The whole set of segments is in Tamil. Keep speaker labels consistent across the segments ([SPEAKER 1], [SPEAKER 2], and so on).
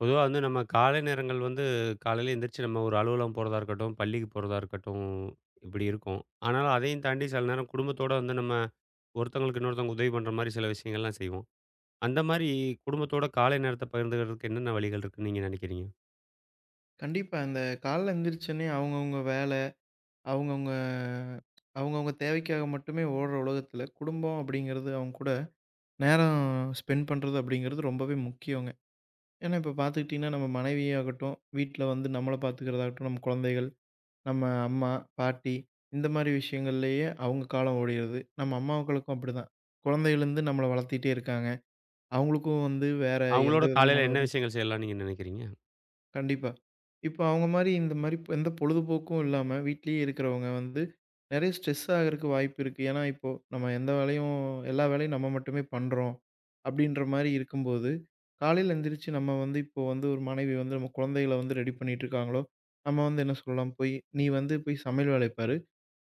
[SPEAKER 1] பொதுவா வந்து நம்ம காலை நேரங்கள் வந்து காலையில எந்திரிச்சு நம்ம ஒரு அலுவலகம் போறதா இருக்கட்டும், பள்ளிக்கு போறதா இருக்கட்டும், இப்படி இருக்கும். ஆனாலும் அதையும் தாண்டி சில நேரம் குடும்பத்தோட வந்து நம்ம ஒருத்தவங்களுக்கு இன்னொருத்தவங்க உதவி பண்ற மாரி சில விஷயங்கள்லாம் செய்வோம். அந்த மாரி குடும்பத்தோட காலை நேரத்த பகிர்ந்துக்கிறதுக்கு என்னென்ன வழிகள் இருக்குன்னு நீங்க நினைக்கிறீங்க?
[SPEAKER 2] கண்டிப்பா. அந்த காலைல எந்திரிச்சோனே அவங்கவங்க வேல, அவங்கவங்க அவங்கவங்க தேவைக்காக மட்டுமே ஓடுற உலகத்தில, குடும்பம் அப்படிங்கிறது அவங்க கூட நேரம் ஸ்பெண்ட் பண்றது அப்படிங்கிறது ரொம்பவே முக்கியங்க. ஏன்னா இப்போ பார்த்துக்கிட்டீங்கன்னா, நம்ம மனைவியாகட்டும், வீட்ல வந்து நம்மள பார்த்துக்கிறதாகட்டும், நம்ம குழந்தைகள், நம்ம அம்மா, பாட்டி இந்த மாரி விஷயங்கள்லேயே அவங்க காலம் ஓடிருது. நம்ம அம்மாக்களுக்கும் அப்படிதான். குழந்தையிலருந்து நம்மள வளர்த்திட்டே இருக்காங்க. அவங்களுக்கும் வந்து வேற எந்த
[SPEAKER 1] அவங்களோட
[SPEAKER 2] விதமான
[SPEAKER 1] காலையில என்ன விஷயங்கள் செய்யலாம்னு நீங்க நினைக்கிறீங்க?
[SPEAKER 2] கண்டிப்பா. இப்ப அவங்க மாரி இந்த மாரி எந்த பொழுதுபோக்கும் இல்லாம, வீட்லயே இருக்கிறவங்க வந்து நெறைய ஸ்ட்ரெஸ் ஆகுறக்கு வாய்ப்பு இருக்கு. ஏன்னா, இப்போ நம்ம எந்த வேலையும் எல்லா வேலையும் நம்ம மட்டுமே பண்றோம். அப்படின்ற மாரி இருக்கும்போது, காலையில எந்திரிச்சு நம்ம வந்து இப்போ வந்து ஒரு மனைவி வந்து நம்ம குழந்தைகள வந்து ரெடி பண்ணிட்டு இருக்காங்களோ, நம்ம வந்து என்ன சொல்லலாம், போய் "நீ வந்து போய் சமையல் வேலைய பாரு.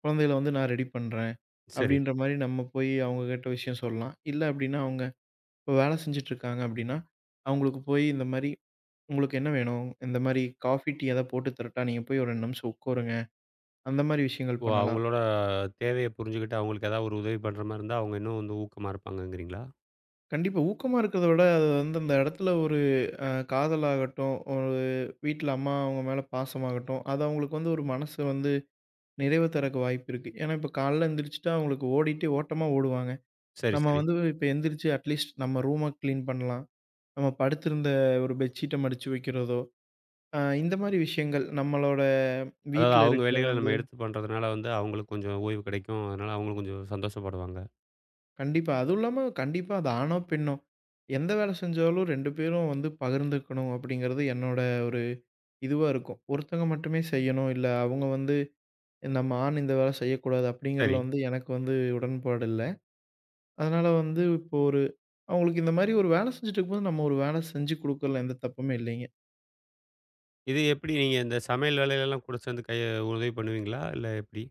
[SPEAKER 2] குழந்தைகள வந்து நான் ரெடி பண்றேன்."
[SPEAKER 1] சரி.
[SPEAKER 2] அப்படின்ற மாரி நம்ம போய் அவங்ககிட்ட விஷயம் சொல்லலாம். இல்ல அப்படின்னா, அவங்க இப்போ வேலை செஞ்சுட்டு இருக்காங்க அப்படின்னா, அவங்களுக்கு போய் இந்த மாரி உங்களுக்கு என்ன வேணும்? இந்த மாரி காஃபி, டீ ஏதாவது போட்டு தரட்டா? நீங்க போய் ஒரு 2 நிமிஷம் உட்காருங்க. அந்த மாரி விஷயங்கள்
[SPEAKER 1] ஓ!
[SPEAKER 2] பண்ணலாம்.
[SPEAKER 1] அவங்களோட தேவைய புரிஞ்சுகிட்டு அவங்களுக்கு ஏதாவது ஒரு உதவி பண்ற மாரி இருந்தா, அவங்க இன்னும் வந்து ஊக்கமா இருப்பாங்கங்கிறீங்களா?
[SPEAKER 2] கண்டிப்பா ஊக்கமா இருக்கிறத விட, அது வந்து அந்த இடத்துல ஒரு காதலாகட்டும், ஒரு வீட்ல அம்மா அவங்க மேல பாசமாகட்டும், அது அவங்களுக்கு வந்து ஒரு மனசு வந்து நிறைவு தரக்கு வாய்ப்பு இருக்கு. ஏன்னா, இப்ப காலைல எந்திரிச்சுட்டா அவங்களுக்கு ஓடிட்டு ஓட்டமா ஓடுவாங்க.
[SPEAKER 1] சரி,
[SPEAKER 2] நம்ம
[SPEAKER 1] சரி.
[SPEAKER 2] வந்து இப்ப எந்திரிச்சு அட்லீஸ்ட் நம்ம ரூம கிளீன் பண்ணலாம். நம்ம படுத்திருந்த ஒரு பெட்ஷீட்ட மடிச்சு வைக்கிறதோ, இந்த மாரி விஷயங்கள் நம்மளோட
[SPEAKER 1] அதாவது
[SPEAKER 2] வீட்ல
[SPEAKER 1] அவங்க
[SPEAKER 2] இருக்கிற
[SPEAKER 1] வேலைகள நம்ம
[SPEAKER 2] வந்து
[SPEAKER 1] எடுத்து பண்றதுனால வந்து அவங்களுக்கு கொஞ்சம் ஓய்வு கிடைக்கும். அதனால அவங்களும் கொஞ்சம் சந்தோஷப்படுவாங்க.
[SPEAKER 2] கண்டிப்பா. அதுவும் இல்லாம கண்டிப்பா அது ஆணோ, பெண்ணோ எந்த வேலை செஞ்சாலும் 2 பேரும் வந்து பகிர்ந்துக்கணும் அப்படிங்கிறது என்னோட ஒரு இதுவா இருக்கும். ஒருத்தங்க மட்டுமே செய்யணும், இல்ல அவங்க வந்து நம்ம ஆண் இந்த வேலை செய்யக்கூடாது
[SPEAKER 1] சரி.
[SPEAKER 2] அப்படிங்கிறதுல வந்து எனக்கு வந்து உடன்பாடு இல்ல. அதனால வந்து இப்போ ஒரு அவங்களுக்கு இந்த மாரி ஒரு வேலை செஞ்சுட்டு இருக்கும்போது நம்ம ஒரு வேலை செஞ்சு குடுக்கறதுல எந்த தப்புமே இல்லைங்க.
[SPEAKER 1] இது எப்படி நீங்க இந்த சமையல் வேலையிலலாம் கூட சேர்ந்து கைய உதவி பண்ணுவீங்களா? இல்ல எப்படி?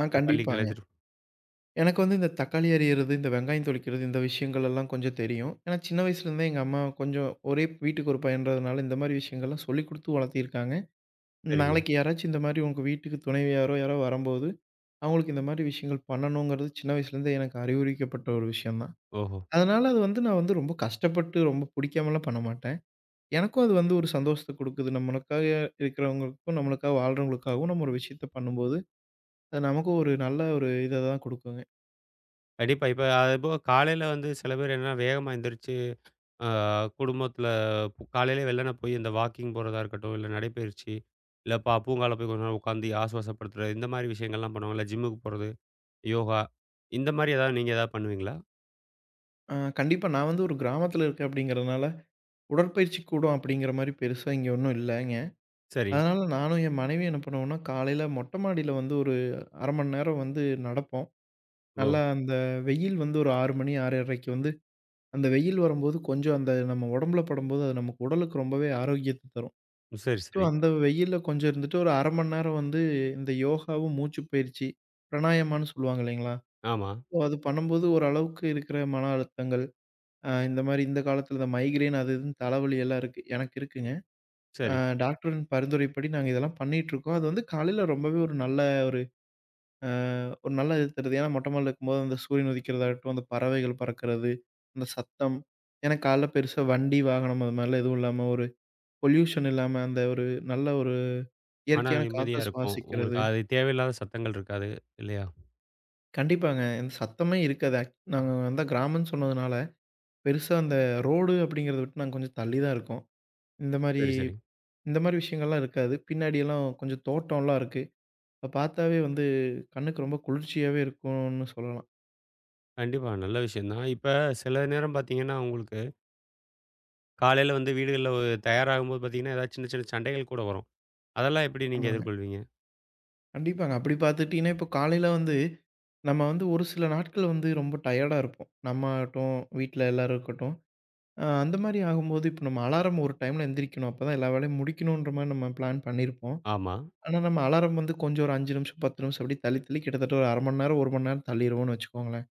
[SPEAKER 1] இல்ல பள்ளிக்கு
[SPEAKER 2] கண்டிப்பாங்க.
[SPEAKER 1] அழைத்துட்டு
[SPEAKER 2] எனக்கு வந்து இந்த தக்காளி அரியிறது, இந்த வெங்காயம் தொளிக்கிறது இந்த விஷயங்கள் எல்லாம் கொஞ்சம் தெரியும். ஏன்னா சின்ன வயசுலேருந்தே எங்க அம்மா கொஞ்சம் ஒரே வீட்டுக்கு ஒரு பையன்றதுனால இந்த மாரி விஷயங்கள்லாம் சொல்லிக் குடுத்து வளர்த்திருக்காங்க.
[SPEAKER 1] சரிங்க.
[SPEAKER 2] நாளைக்கு யாராச்சும் இந்த மாரி உங்க வீட்டுக்கு துணைவியாரோ, யாரோ வரம்போது, அவங்களுக்கு இந்த மாரி விஷயங்கள் பண்ணணுங்கிறது சின்ன வயசுலேருந்தே எனக்கு அறிவுரிக்கப்பட்ட ஒரு விஷயம் தான்.
[SPEAKER 1] ஓஹோ!
[SPEAKER 2] அதனால அது வந்து நான் வந்து ரொம்ப கஷ்டப்பட்டு, ரொம்ப புடிக்காமலாம் பண்ண மாட்டேன். எனக்கும் அது வந்து ஒரு சந்தோஷத்த குடுக்குது. நம்மளுக்காக இருக்கிறவங்களுக்கும், நம்மளுக்காக வாழ்றவங்களுக்காகவும் நம்ம ஒரு விஷயத்த பண்ணும்போது, அது நமக்கும் ஒரு நல்ல ஒரு இத தான் குடுக்குங்க.
[SPEAKER 1] கண்டிப்பா. இப்ப அதுபோக காலையில வந்து சில பேர் என்னன்னா வேகமா எந்திரிச்சு, ஆ குடும்பத்தில காலையிலே வெள்ளன போய் இந்த வாக்கிங் போறதா இருக்கட்டும், இல்ல நடைப்பயிற்சி, இல்ல பூங்கால போய் கொஞ்ச நேரம் உட்காந்து ஆசுவாசப்படுத்துறது, இந்த மாரி விஷயங்கள்லாம் பண்ணுவாங்க. இல்ல ஜிம்முக்கு போறது, யோகா இந்த மாரி ஏதாவது நீங்க ஏதாவது பண்ணுவீங்களா?
[SPEAKER 2] அ கண்டிப்பா நான் வந்து ஒரு கிராமத்தில இருக்கேன் அப்படிங்கிறதுனால, உடற்பயிற்சி கூடம் அப்படிங்கிற மாரி பெருசா இங்க ஒண்ணும் இல்லைங்க.
[SPEAKER 1] சரி.
[SPEAKER 2] அதனால நானும் என் மனைவியும் என்ன பண்ணுவோம்னா, காலையில மொட்ட மாடியில வந்து ஒரு 1/2 மணி நேரம் வந்து நடப்போம்.
[SPEAKER 1] ஓ!
[SPEAKER 2] நல்லா அந்த வெயில் வந்து ஒரு 6 மணி 6 1/2க்கு வந்து, அந்த வெயில் வரும்போது கொஞ்சம் அந்த நம்ம உடம்புல படும்போது, அது நமக்கு உடலுக்கு ரொம்பவே ஆரோக்கியத்த தரும்.
[SPEAKER 1] சரி,
[SPEAKER 2] ஸோ
[SPEAKER 1] சரி.
[SPEAKER 2] அந்த வெயில்ல கொஞ்சம் இருந்துட்டு ஒரு 1/2 மணி நேரம் வந்து இந்த யோகாவும், மூச்சுப் பயிற்சி, பிராணாயாமான்னு சொல்லுவாங்க இல்லைங்களா?
[SPEAKER 1] ஆமா.
[SPEAKER 2] ஸோ அது பண்ணும்போது ஓரளவுக்கு இருக்கிற மன அழுத்தங்கள், இந்த மாரி இந்த காலத்தில இந்த மைக்ரேன் அது இதுன்னு தலைவலி எல்லாம் இருக்கு. எனக்கு இருக்குங்க. அ
[SPEAKER 1] சரி.
[SPEAKER 2] டாக்டரின் பரிந்துரைப்படி நாங்க இதெல்லாம் பண்ணிட்டுருக்கோம். அது வந்து காலையில ரொம்பவே ஒரு நல்ல ஒரு அ ஒரு நல்லா இது தருது. ஏன்னா மொட்டை மாடில இருக்கும்போது அந்த சூரியன் உதிக்கிறதாகட்டும், அந்த பறவைகள் பறக்கிறது, அந்த சத்தம். ஏன்னா காலைல பெருசா வண்டி, வாகனம் அது மாரிலாம் எதுவும் இல்லாம, ஒரு பொல்யூஷன் இல்லாம அந்த ஒரு நல்ல ஒரு
[SPEAKER 1] ஆனா
[SPEAKER 2] இயற்கையான
[SPEAKER 1] நிம்மதியா
[SPEAKER 2] காத்த
[SPEAKER 1] இருக்கும். உங்களுக்கு
[SPEAKER 2] சுவாசிக்கிறது.
[SPEAKER 1] அது தேவையில்லாத சத்தங்கள் இருக்காது. இல்லையா?
[SPEAKER 2] கண்டிப்பாங்க. இந்த சத்தமே இருக்காது. நாங்க வந்து கிராமம்னு சொன்னதுனால, பெருசா அந்த ரோடு அப்படிங்கிறத விட்டு நாங்க கொஞ்சம் தள்ளி தான் இருக்கோம். இந்த மாரி
[SPEAKER 1] சரி, சரி.
[SPEAKER 2] இந்த மாரி விஷயங்கள்லாம் இருக்காது. பின்னாடியெல்லாம் கொஞ்சம் தோட்டம்லாம் இருக்கு. இப்ப பார்த்தாவே வந்து கண்ணுக்கு ரொம்ப குளிர்ச்சியாவே இருக்கும்னு சொல்லலாம்.
[SPEAKER 1] கண்டிப்பா. நல்ல விஷயம் தான். இப்ப சில நேரம் பார்த்தீங்கன்னா, உங்களுக்கு காலையில வந்து வீடுகள்ல தயாராகும்போது பார்த்தீங்கன்னா, ஏதாவது சின்ன சின்ன சண்டைகள் கூட வரும். அதெல்லாம் எப்படி நீங்க
[SPEAKER 2] ஆமாங்க.
[SPEAKER 1] எதிர்கொள்வீங்க?
[SPEAKER 2] கண்டிப்பாங்க. அப்படி பார்த்துக்கிட்டீங்கன்னா, இப்போ காலையில வந்து நம்ம வந்து ஒரு சில நாட்கள் வந்து ரொம்ப டயர்டா இருப்போம். நம்ம ஆகட்டும், வீட்ல எல்லாரும் இருக்கட்டும். அந்த மாரி ஆகும்போது, இப்போ நம்ம அலாரம் ஒரு டைம்ல எந்திரிக்கணும். அப்பதான் எல்லா வேலையும் முடிக்கணுன்ற மாரி நம்ம பிளான் பண்ணியிருப்போம்.
[SPEAKER 1] ஆமா.
[SPEAKER 2] ஆனா, நம்ம அலாரம் வந்து கொஞ்சம் ஒரு 5 நிமிஷம், 10 நிமிஷம் அப்படி தள்ளி, தள்ளி கிட்டத்தட்ட ஒரு 1/2 மணி நேரம், 1 மணி நேரம் தள்ளிருவோம்னு வச்சுக்கோங்களேன்.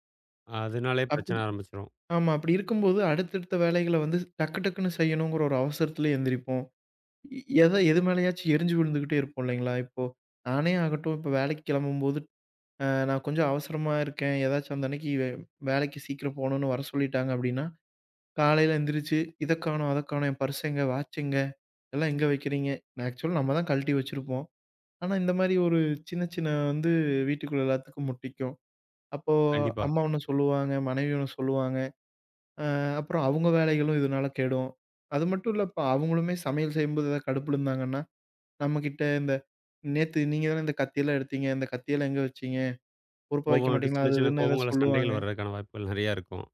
[SPEAKER 1] அதனாலே பிரச்சனை
[SPEAKER 2] அப்படி
[SPEAKER 1] ஆரம்பிச்சுரும்.
[SPEAKER 2] ஆமா. அப்படி இருக்கும்போது அடுத்தடுத்த வேலைகள வந்து டக்கு டக்குன்னு செய்யணுங்கிற ஒரு அவசரத்தில எந்திரிப்போம். எ எத எது மேலயாச்சும் எரிஞ்சு விழுந்துகிட்டே இருப்போம் இல்லைங்களா? இப்போ நானே ஆகட்டும், இப்போ வேலைக்கு கிளம்பும்போது நான் கொஞ்சம் அவசரமா இருக்கேன். ஏதாச்சும் அந்த அன்னைக்கு வேலைக்கு சீக்கிரம் போணும்னு வர சொல்லிட்டாங்க அப்டின்னா, காலையில எந்திரிச்சு, இத காணோம், அத காணோம், என் பர்ஸ் எங்க? வாட்ச் எங்க? இதெல்லாம் எங்க வைக்கிறீங்க? ஆக்சுவலா நம்ம தான் கழட்டி வச்சிருப்போம். ஆனா, இந்த மாரி ஒரு சின்ன சின்ன வந்து வீட்டுக்குள்ள எல்லாத்துக்கும் முட்டிக்கும். அப்போ
[SPEAKER 1] கண்டிப்பா.
[SPEAKER 2] அம்மா ஒண்ணு சொல்லுவாங்க, மனைவி ஒண்ணு சொல்லுவாங்க. அப்புறம் அவங்க வேலைகளும் இதனால கெடும். அது மட்டும் இல்ல, இப்ப அவங்களுமே சமையல் செய்யும்போது ஏதாவது கடுப்புல இருந்தாங்கன்னா, நம்மகிட்ட இந்த "நேத்து நீங்க தானே இந்த கத்தியெல்லாம் எடுத்தீங்க. இந்த கத்தியெல்லாம் எங்க வச்சீங்க? பொறுப்பா வைக்க
[SPEAKER 1] கோபம் விட்டு
[SPEAKER 2] மாட்டீங்களா?"
[SPEAKER 1] சின்ன
[SPEAKER 2] அது
[SPEAKER 1] சின்ன
[SPEAKER 2] இதுன்னு ஏதாவது
[SPEAKER 1] கோபங்கள்ல
[SPEAKER 2] சொல்லுவாங்க.
[SPEAKER 1] சண்டைகள் வர்றதுக்கான வாய்ப்புகள் நெறையா இருக்கும்.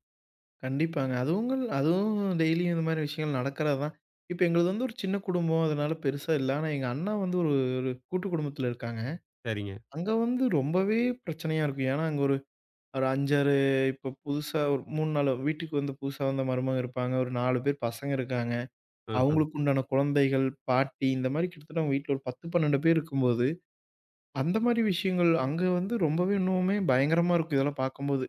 [SPEAKER 2] கண்டிப்பாங்க. அதுவுங்கள் அதுவும் டெய்லியும் இந்த மாரி விஷயங்கள் நடக்கிறது தான். இப்ப எங்களுது வந்து ஒரு சின்ன குடும்பம். அதனால பெருசா இல்ல. ஆனா எங்க அண்ணா வந்து ஒரு ஒரு கூட்டு குடும்பத்துல இருக்காங்க.
[SPEAKER 1] சரிங்க.
[SPEAKER 2] அங்க வந்து ரொம்பவே பிரச்சனையா இருக்கும். ஏன்னா, அங்க ஒரு ஒரு 5, 6 இப்ப புதுசா ஒரு 3, 4 வீட்டுக்கு வந்து புதுசா வந்த மருமக இருப்பாங்க. ஒரு 4 பேர் பசங்க இருக்காங்க.
[SPEAKER 1] ஆஹ.
[SPEAKER 2] அவங்களுக்கு உண்டான குழந்தைகள், பாட்டி இந்த மாரி கிட்டத்தட்ட அவங்க வீட்ல ஒரு 10, 12 பேர் இருக்கும்போது, அந்த மாரி விஷயங்கள் அங்க வந்து ரொம்பவே இன்னுமே பயங்கரமா இருக்கும் இதெல்லாம் பார்க்கும்போது.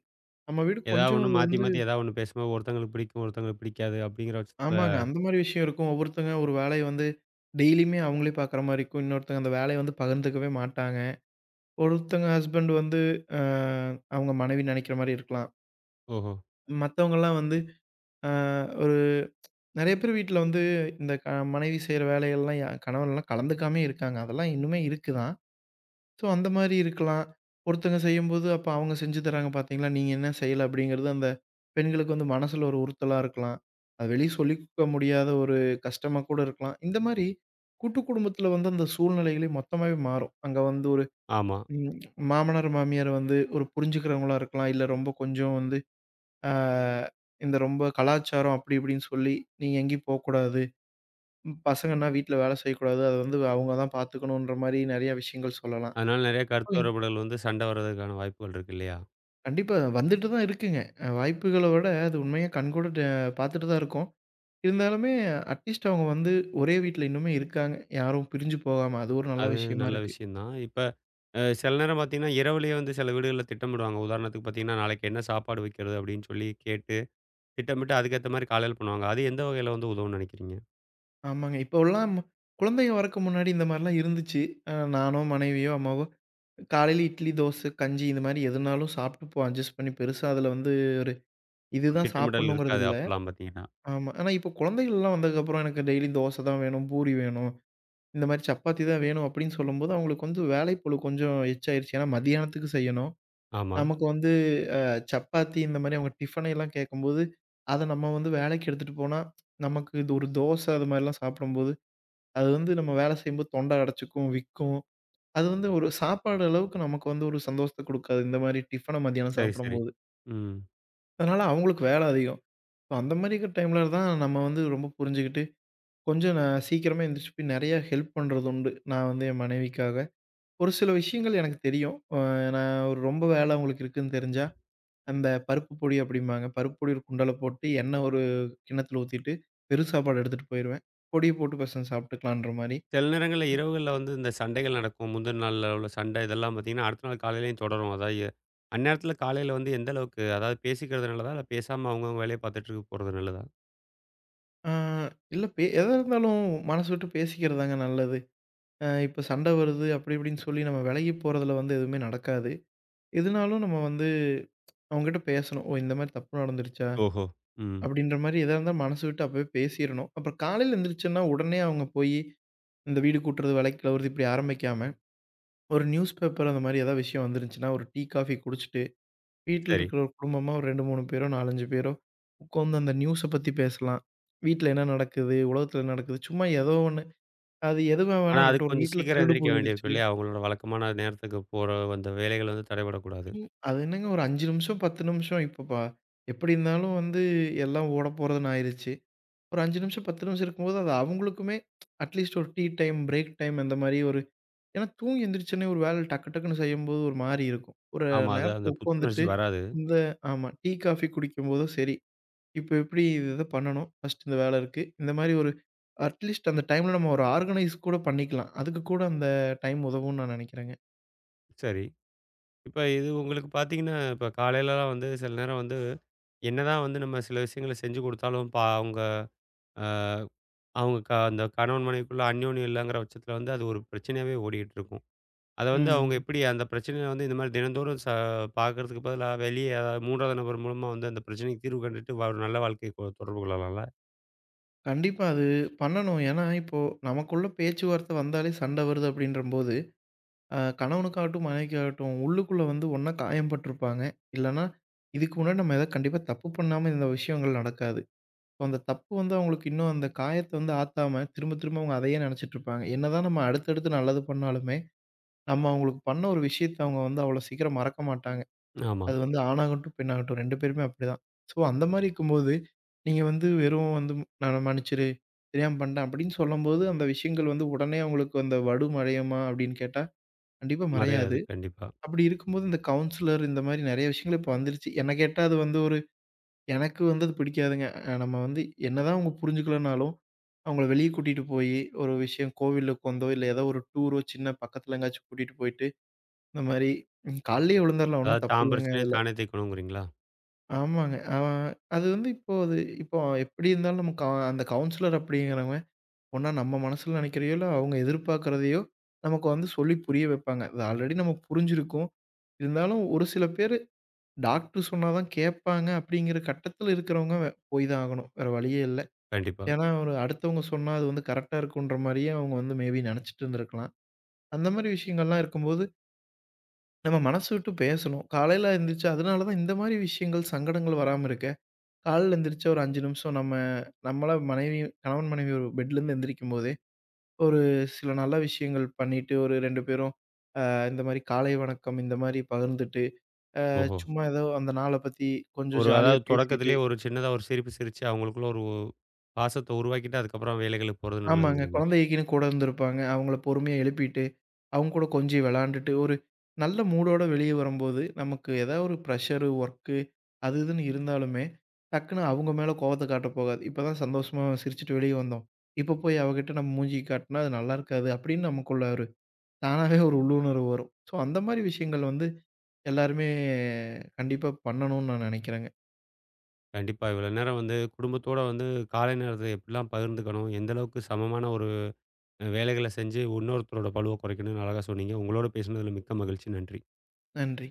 [SPEAKER 2] நம்ம வீடு
[SPEAKER 1] ஏதாவது
[SPEAKER 2] கொஞ்சம்
[SPEAKER 1] ஒண்ணு
[SPEAKER 2] அது
[SPEAKER 1] மாத்தி
[SPEAKER 2] வந்து
[SPEAKER 1] மாத்தி ஏதாவது ஒண்ணு பேசும்போது ஒருத்தங்களுக்கு பிடிக்கும், ஒருத்தங்களுக்கு பிடிக்காது அப்படிங்கிற பட்சத்தில
[SPEAKER 2] ஆமாங்க. அந்த மாரி விஷயம் இருக்கும். ஒவ்வொருத்தங்க ஒரு வேலைய வந்து டெய்லியுமே அவங்களே பார்க்குற மாரி இருக்கும். இன்னொருத்தங்க அந்த வேலைய வந்து பகிர்ந்துக்கவே மாட்டாங்க. ஒருத்தங்க ஹஸ்பண்ட் வந்து அ அவங்க மனைவி நெனைக்கிற மாரி இருக்கலாம்.
[SPEAKER 1] ஓஹோ!
[SPEAKER 2] மத்தவங்கலாம் வந்து அ ஒரு நெறைய பேர் வீட்ல வந்து இந்த க மனைவி செய்ற வேலைகள்லாம் கணவன்லாம் கலந்துக்காமயே இருக்காங்க. அதெல்லாம் இன்னுமே இருக்கு தான். ஸோ, அந்த மாரி இருக்கலாம். ஒருத்தங்க செய்யும்போது, அப்ப அவங்க செஞ்சு தராங்க பார்த்தீங்களா, நீங்க என்ன செய்யல அப்படிங்கிறது அந்த பெண்களுக்கு வந்து மனசுல ஒரு உறுத்தலா இருக்கலாம். அது வெளிய சொல்லிக்க முடியாத ஒரு கஷ்டமா கூட இருக்கலாம். இந்த மாரி கூட்டு குடும்பத்தில வந்து அந்த சூழ்நிலைகளே மொத்தமாவே மாறும். அங்க வந்து ஒரு
[SPEAKER 1] ஆமா.
[SPEAKER 2] ம் மாமனார், மாமியார் வந்து ஒரு புரிஞ்சுக்கிறவங்களா இருக்கலாம். இல்ல ரொம்ப கொஞ்சம் வந்து ஆ இந்த ரொம்ப கலாச்சாரம் அப்படி இப்படின்னு சொல்லி, நீங்க எங்கேயும் போக்கூடாது. பசங்கன்னா வீட்ல வேலை செய்யக்கூடாது. அத வந்து அவங்க தான் பார்த்துக்கணுன்ற மாரி நெறைய விஷயங்கள் சொல்லலாம்.
[SPEAKER 1] அதனால நெறைய கருத்து வேறுபாடுகள் வந்து சண்டை வர்றதுக்கான வாய்ப்புகள் இருக்கு இல்லையா?
[SPEAKER 2] கண்டிப்பா. வந்துட்டு தான் இருக்குங்க. வாய்ப்புகள விட அது உண்மையா கண்கூட பார்த்துட்டு தான் இருக்கோம். இருந்தாலுமே அட்லீஸ்ட் அவங்க வந்து ஒரே வீட்ல இன்னுமே இருக்காங்க. யாரும் பிரிஞ்சு போகாம. அது ஒரு நல்ல
[SPEAKER 1] அது
[SPEAKER 2] விஷயமா
[SPEAKER 1] நல்ல
[SPEAKER 2] இருக்கு.
[SPEAKER 1] விஷயம்தான். இப்ப சில நேரம் பார்த்தீங்கன்னா, இரவுலயே வந்து சில வீடுகள்ல திட்டமிடுவாங்க. உதாரணத்துக்கு பார்த்தீங்கன்னா, நாளைக்கு என்ன சாப்பாடு வைக்கிறது அப்படின்னு சொல்லி கேட்டு, திட்டமிட்டு அதுக்கேத்த மாரி காலையில பண்ணுவாங்க. அது எந்த வகையில வந்து உதவும்னு நினைக்கிறீங்க?
[SPEAKER 2] ஆமாங்க. இப்போலாம் குழந்தைங்க வரக்கு முன்னாடி இந்த மாரிலாம் இருந்துச்சு. நானோ, மனைவியோ, அம்மாவோ காலையில இட்லி, தோசை, கஞ்சி இந்த மாரி எதுனாலும் சாப்பிட்டுப்போம். அட்ஜஸ்ட் பண்ணி பெருசா அதுல வந்து ஒரு
[SPEAKER 1] ஒரு
[SPEAKER 2] இதுதான்
[SPEAKER 1] திட்டமிடல்
[SPEAKER 2] சாப்பிடணுங்கிறது
[SPEAKER 1] இருக்காது
[SPEAKER 2] இல்ல.
[SPEAKER 1] அப்பலாம் பார்த்தீங்கன்னா.
[SPEAKER 2] ஆமா. ஆனா இப்போ குழந்தைகள்லாம் வந்ததுக்கப்புறம் எனக்கு டெய்லி தோசை தான் வேணும், பூரி வேணும். இந்த மாரி சப்பாத்தி தான் வேணும் அப்படின்னு சொல்லும்போது, அவங்களுக்கு வந்து வேலைப்பளு கொஞ்சம் எச்சாயிருச்சு. ஏன்னா மதியானத்துக்கு செய்யணும்.
[SPEAKER 1] ஆமா.
[SPEAKER 2] நமக்கு வந்து சப்பாத்தி இந்த மாரி அவங்க டிஃபன் எல்லாம் கேட்கும்போது, அத நம்ம வந்து வேலைக்கு எடுத்துட்டு போனா, நமக்கு இது ஒரு தோசை அது மாரிலாம் சாப்பிடும்போது, அது வந்து நம்ம வேலை செய்யும்போது தொண்டை அடைச்சுக்கும், விக்கும். அது வந்து ஒரு சாப்பாடு அளவுக்கு நமக்கு வந்து ஒரு சந்தோஷத்த குடுக்காது. இந்த மாரி டிஃபன மதியானம்
[SPEAKER 1] சரி, சரி.
[SPEAKER 2] சாப்பிடும்போது.
[SPEAKER 1] ம்.
[SPEAKER 2] அதனால அவங்களுக்கு வேலை அதிகம். ஸோ அந்த மாரி இருக்கிற டைம்ல தான் நம்ம வந்து ரொம்ப புரிஞ்சுகிட்டு, கொஞ்சம் நான் சீக்கிரமா எந்திரிச்சு போய் நெறைய ஹெல்ப் பண்றது உண்டு. நான் வந்து என் மனைவிக்காக ஒரு சில விஷயங்கள் எனக்கு தெரியும். நான் ஒரு ரொம்ப வேலை உங்களுக்கு இருக்குன்னு தெரிஞ்சா, அந்த பருப்பு பொடி அப்படிம்பாங்க. பருப்பு பொடி ஒரு குண்டால போட்டு, எண்ணெய் ஒரு கிண்ணத்துல ஊத்திட்டு, வெறும் சாப்பாடு எடுத்துட்டு போயிருவேன். பொடிய போட்டு பெசஞ்சு சாப்பிட்டுக்கலான்ற மாரி.
[SPEAKER 1] சில நேரங்கள்ல இரவுகள்ல வந்து இந்த சண்டைகள் நடக்கும். முந்தின நாள்ல உள்ள சண்டை இதெல்லாம் பார்த்தீங்கன்னா, அடுத்த நாள் காலையிலயும் தொடரும். அதாவது அந்நேரத்தில காலையில வந்து எந்த அளவுக்கு அதாவது பேசிக்கிறது நல்லதா? இல்ல பேசாம அவங்கவங்க வேலைய பார்த்துட்டு இருக்க போறது நல்லதா?
[SPEAKER 2] ஆ இல்ல எதா இருந்தாலும் மனசு விட்டு பேசிக்கிறதுதாங்க நல்லது. இப்ப சண்டை வருது அப்படி இப்படின்னு சொல்லி நம்ம விலகி போறதுல வந்து எதுவுமே நடக்காது. எதுனாலும் நம்ம வந்து அவங்ககிட்ட பேசணும். "ஓ! இந்த மாரி தப்பு நடந்துருச்சா?"
[SPEAKER 1] ஓஹோ! ம்.
[SPEAKER 2] அப்படின்ற மாரி எதா இருந்தாலும் மனசு விட்டு அப்பவே பேசிறணும். அப்புறம் காலையில எந்திரிச்சோன்னா, உடனே அவங்க போயி இந்த வீடு கூட்டுறது, வேலைக்கு கிளவுறது இப்படி ஆரம்பிக்காம, ஒரு நியூஸ் பேப்பர் அந்த மாரி ஏதாவது விஷயம் வந்துருந்துச்சுன்னா, ஒரு டீ, காஃபி குடிச்சுட்டு, வீட்ல
[SPEAKER 1] சரி.
[SPEAKER 2] இருக்கிற ஒரு குடும்பமா ஒரு 2, 3 பேரோ, 4, 5 பேரோ உட்காந்து அந்த நியூஸ பத்தி பேசலாம். வீட்ல என்ன நடக்குது? உலகத்துல என்ன நடக்குது? சும்மா ஏதோ ஒண்ணு. அது எதுவா
[SPEAKER 1] ஆனா,
[SPEAKER 2] வேணா
[SPEAKER 1] அதுக்கு
[SPEAKER 2] இருக்கட்டும். ஒரு
[SPEAKER 1] கொஞ்சம்
[SPEAKER 2] வீட்ல
[SPEAKER 1] சீக்கிரம்
[SPEAKER 2] திருடு
[SPEAKER 1] எந்திரிக்க வேண்டியிருக்கும்
[SPEAKER 2] போயிருச்சு.
[SPEAKER 1] இல்லையா? அவங்களோட வழக்கமான நேரத்துக்கு போற அந்த வேலைகள் வந்து தடைபடக்கூடாது.
[SPEAKER 2] அது என்னங்க ஒரு 5 நிமிஷம், 10 நிமிஷம் இப்பப்பா. எப்படி இருந்தாலும் வந்து எல்லாம் ஓட போறதுன்னு ஆயிருச்சு. ஒரு 5 நிமிஷம், 10 நிமிஷம் இருக்கும்போது, அது அவங்களுக்குமே அட்லீஸ்ட் ஒரு டீ டைம், பிரேக் டைம் அந்த மாரி ஒரு ஏன்னா தூங்கி எந்திரிச்சோனே ஒரு வேலை டக்கு டக்குன்னு செய்யும்போது ஒரு மாரி இருக்கும். ஒரு
[SPEAKER 1] ஆமா, அது அந்த
[SPEAKER 2] நேரத்துல
[SPEAKER 1] புத்துணர்ச்சி
[SPEAKER 2] உட்காந்துட்டு
[SPEAKER 1] வராது.
[SPEAKER 2] இந்த ஆமா. டீ, காஃபி குடிக்கும்போதும் சரி, இப்ப எப்படி இது இத பண்ணணும்? ஃபர்ஸ்ட் இந்த வேலை இருக்கு. இந்த மாரி ஒரு அட்லீஸ்ட் அந்த டைம்ல நம்ம ஒரு ஆர்கனைஸ் கூட பண்ணிக்கலாம். அதுக்கு கூட அந்த டைம் உதவும்னு நான் நெனைக்கிறேங்க.
[SPEAKER 1] சரி. இப்ப இது உங்களுக்கு பார்த்தீங்கன்னா, இப்ப காலையிலலாம் வந்து சில நேரம் வந்து, என்னதான் வந்து நம்ம சில விஷயங்கள செஞ்சு குடுத்தாலும், பா அவங்க அ அவங்க க அந்த கணவன் மனைவிக்குள்ள அந்யோன்யம் இல்லங்கிற பட்சத்தில வந்து, அது ஒரு பிரச்சனையாவே ஓடிக்கிட்டு இருக்கும். அத வந்து அவங்க
[SPEAKER 2] ம்.
[SPEAKER 1] எப்படி அந்த பிரச்சனைய வந்து இந்த மாரி தினந்தோறும் பார்க்கறதுக்கு பதிலா, வெளிய யாராவது 3வது நபர் மூலமா வந்து அந்த பிரச்சனைக்கு தீர்வு கண்டுட்டு, ஒரு நல்ல வாழ்க்கைய தொடர்பு கொள்ளலாம்ல?
[SPEAKER 2] கண்டிப்பா அது பண்ணணும். ஏன்னா இப்போ நமக்குள்ள பேச்சுவார்த்தை வந்தாலே சண்டை வருது அப்படின்றபோது, கணவனுக்காகட்டும், மனைவிக்காகட்டும் உள்ளுக்குள்ள வந்து ஒண்ணா காயம் பட்டிருப்பாங்க. இல்லன்னா இதுக்கு முன்னாடி நம்ம ஏதாவது கண்டிப்பா தப்பு பண்ணாம இந்த விஷயங்கள் நடக்காது. அந்த தப்பு வந்து அவங்களுக்கு இன்னும் அந்த காயத்த வந்து ஆத்தாம, திரும்ப திரும்ப அவங்க அதையே நெனச்சிட்டுருப்பாங்க. என்னதான் நம்ம அடுத்தடுத்து நல்லது பண்ணாலுமே, நம்ம அவங்களுக்கு பண்ண ஒரு விஷயத்த அவங்க வந்து அவ்வளோ சீக்கிரம் மறக்க மாட்டாங்க.
[SPEAKER 1] ஆமா.
[SPEAKER 2] அது வந்து ஆணாகட்டும், பெண்ணாகட்டும் 2 பேருமே அப்படிதான். ஸோ அந்த மாரி இருக்கும்போது, நீங்க வந்து வெறும் வந்து நான் மன்னிச்சிரு, தெரியாம பண்ட்டேன் அப்படின்னு சொல்லும்போது, அந்த விஷயங்கள் வந்து உடனே அவங்களுக்கு அந்த வடு மறையுமா அப்படின்னு கேட்டா, கண்டிப்பா
[SPEAKER 1] மறையாது.
[SPEAKER 2] மறையாது.
[SPEAKER 1] கண்டிப்பா.
[SPEAKER 2] அப்படி இருக்கும்போது இந்த கவுன்சிலர் இந்த மாரி நெறைய விஷயங்கள் இப்ப வந்துருச்சு. என்ன கேட்டா அது வந்து ஒரு எனக்கு வந்து அது பிடிக்காதுங்க. நம்ம வந்து என்னதான் அவங்க புரிஞ்சுக்கலனாலும், அவங்கள வெளிய கூட்டிட்டு போயி, ஒரு விஷயம் கோவிலுக்கு வந்தோ, இல்ல ஏதோ ஒரு டூரோ சின்ன பக்கத்துல எங்காச்சும் கூட்டிட்டு போயிட்டு, இந்த மாரி கால்லயே விழுந்தரலாம். ஒண்ணும்
[SPEAKER 1] அதாவது
[SPEAKER 2] தப்பு
[SPEAKER 1] தான்
[SPEAKER 2] இல்லங்க
[SPEAKER 1] பிரச்சனைய
[SPEAKER 2] அதுல.
[SPEAKER 1] தானே தீர்க்கணுங்கிறீங்களா?
[SPEAKER 2] ஆமாங்க. அது வந்து இப்போ அது இப்போ எப்படி இருந்தாலும் நமக்கு அந்த கவுன்சிலர் அப்படிங்கிறவங்க, ஒண்ணா நம்ம மனசுல நெனைக்கிறையோ, இல்ல அவங்க எதிர்பார்க்கிறதையோ நமக்கு வந்து சொல்லி புரிய வைப்பாங்க. அது ஆல்ரெடி நமக்கு புரிஞ்சிருக்கும். இருந்தாலும் ஒரு சில பேரு டாக்டர் சொன்னா தான் கேட்பாங்க அப்படிங்கிற கட்டத்துல இருக்கிறவங்க போய் தான் ஆகணும். வேற வழியே இல்ல.
[SPEAKER 1] கண்டிப்பா.
[SPEAKER 2] ஏன்னா, ஒரு அடுத்தவங்க சொன்னா அது வந்து கரெக்ட்டா இருக்குன்ற மாரியே அவங்க வந்து மேபி நெனச்சுட்டு இருந்திருக்கலாம். அந்த மாரி விஷயங்கள்லாம் இருக்கும்போது, நம்ம மனசு விட்டு பேசணும். காலையில எந்திரிச்சு அதனால தான் இந்த மாரி விஷயங்கள், சங்கடங்கள் வராம இருக்க. காலையில எந்திரிச்சு ஒரு 5 நிமிஷம் நம்ம நம்மளா மனைவி கணவன், மனைவி ஒரு பெட்லேருந்து எந்திரிக்கும்போதே, ஒரு சில நல்ல விஷயங்கள் பண்ணிட்டு, ஒரு 2 பேரும் இந்த மாரி காலை வணக்கம் இந்த மாரி பகிர்ந்துட்டு,
[SPEAKER 1] ஓஹோ!
[SPEAKER 2] சும்மா ஏதோ அந்த நாள பத்தி கொஞ்சம்
[SPEAKER 1] ஒரு
[SPEAKER 2] ஜாலியா
[SPEAKER 1] அதாவது
[SPEAKER 2] பேசிட்டு
[SPEAKER 1] தொடக்கத்திலேயே ஒரு சின்னதா ஒரு சிரிப்பு சிரிச்சு அவங்களுக்குள்ள ஒரு பாசத்த உருவாக்கிட்டு அதுக்கப்புறம் வேலைகளுக்கு போறது
[SPEAKER 2] ஆமாங்க.
[SPEAKER 1] நல்லதுங்கிறீங்களா?
[SPEAKER 2] குழந்தைக்குன்னு கூட இருந்திருப்பாங்க. அவங்கள பொறுமையா எழுப்பிட்டு, அவங்க கூட கொஞ்சி விளையாண்டுட்டு, ஒரு நல்ல மூடோட வெளியே வரும்போது, நமக்கு ஏதாவது ஒரு ப்ரெஷரு, ஒர்க்கு அது இதுன்னு இருந்தாலுமே, டக்குனு அவங்க மேல கோவத்த காட்டப் போகாது. இப்ப தான் சந்தோஷமா சிரிச்சுட்டு வெளிய வந்தோம். இப்ப போய் அவகிட்ட நம்ம மூஞ்சிய காட்டுனா, அது நல்லா இருக்காது அப்படின்னு நமக்குள்ள ஒரு தானாவே ஒரு உள்ளுணர்வு வரும். ஸோ அந்த மாரி விஷயங்கள் வந்து எல்லாருமே கண்டிப்பா பண்ணணும்னு நான் நெனைக்கிறேங்க.
[SPEAKER 1] கண்டிப்பா. இவ்வளோ நேரம் வந்து குடும்பத்தோட வந்து காலை நேரத்த எப்படிலாம் பகிர்ந்துக்கணும்? எந்த அளவுக்கு சமமான ஒரு வேலைகள செஞ்சு இன்னொருத்தரோட பளுவ குறைக்கணும்னு அழகா சொன்னீங்க. உங்களோட பேசினதுல மிக்க மகிழ்ச்சி. நன்றி.
[SPEAKER 2] நன்றி.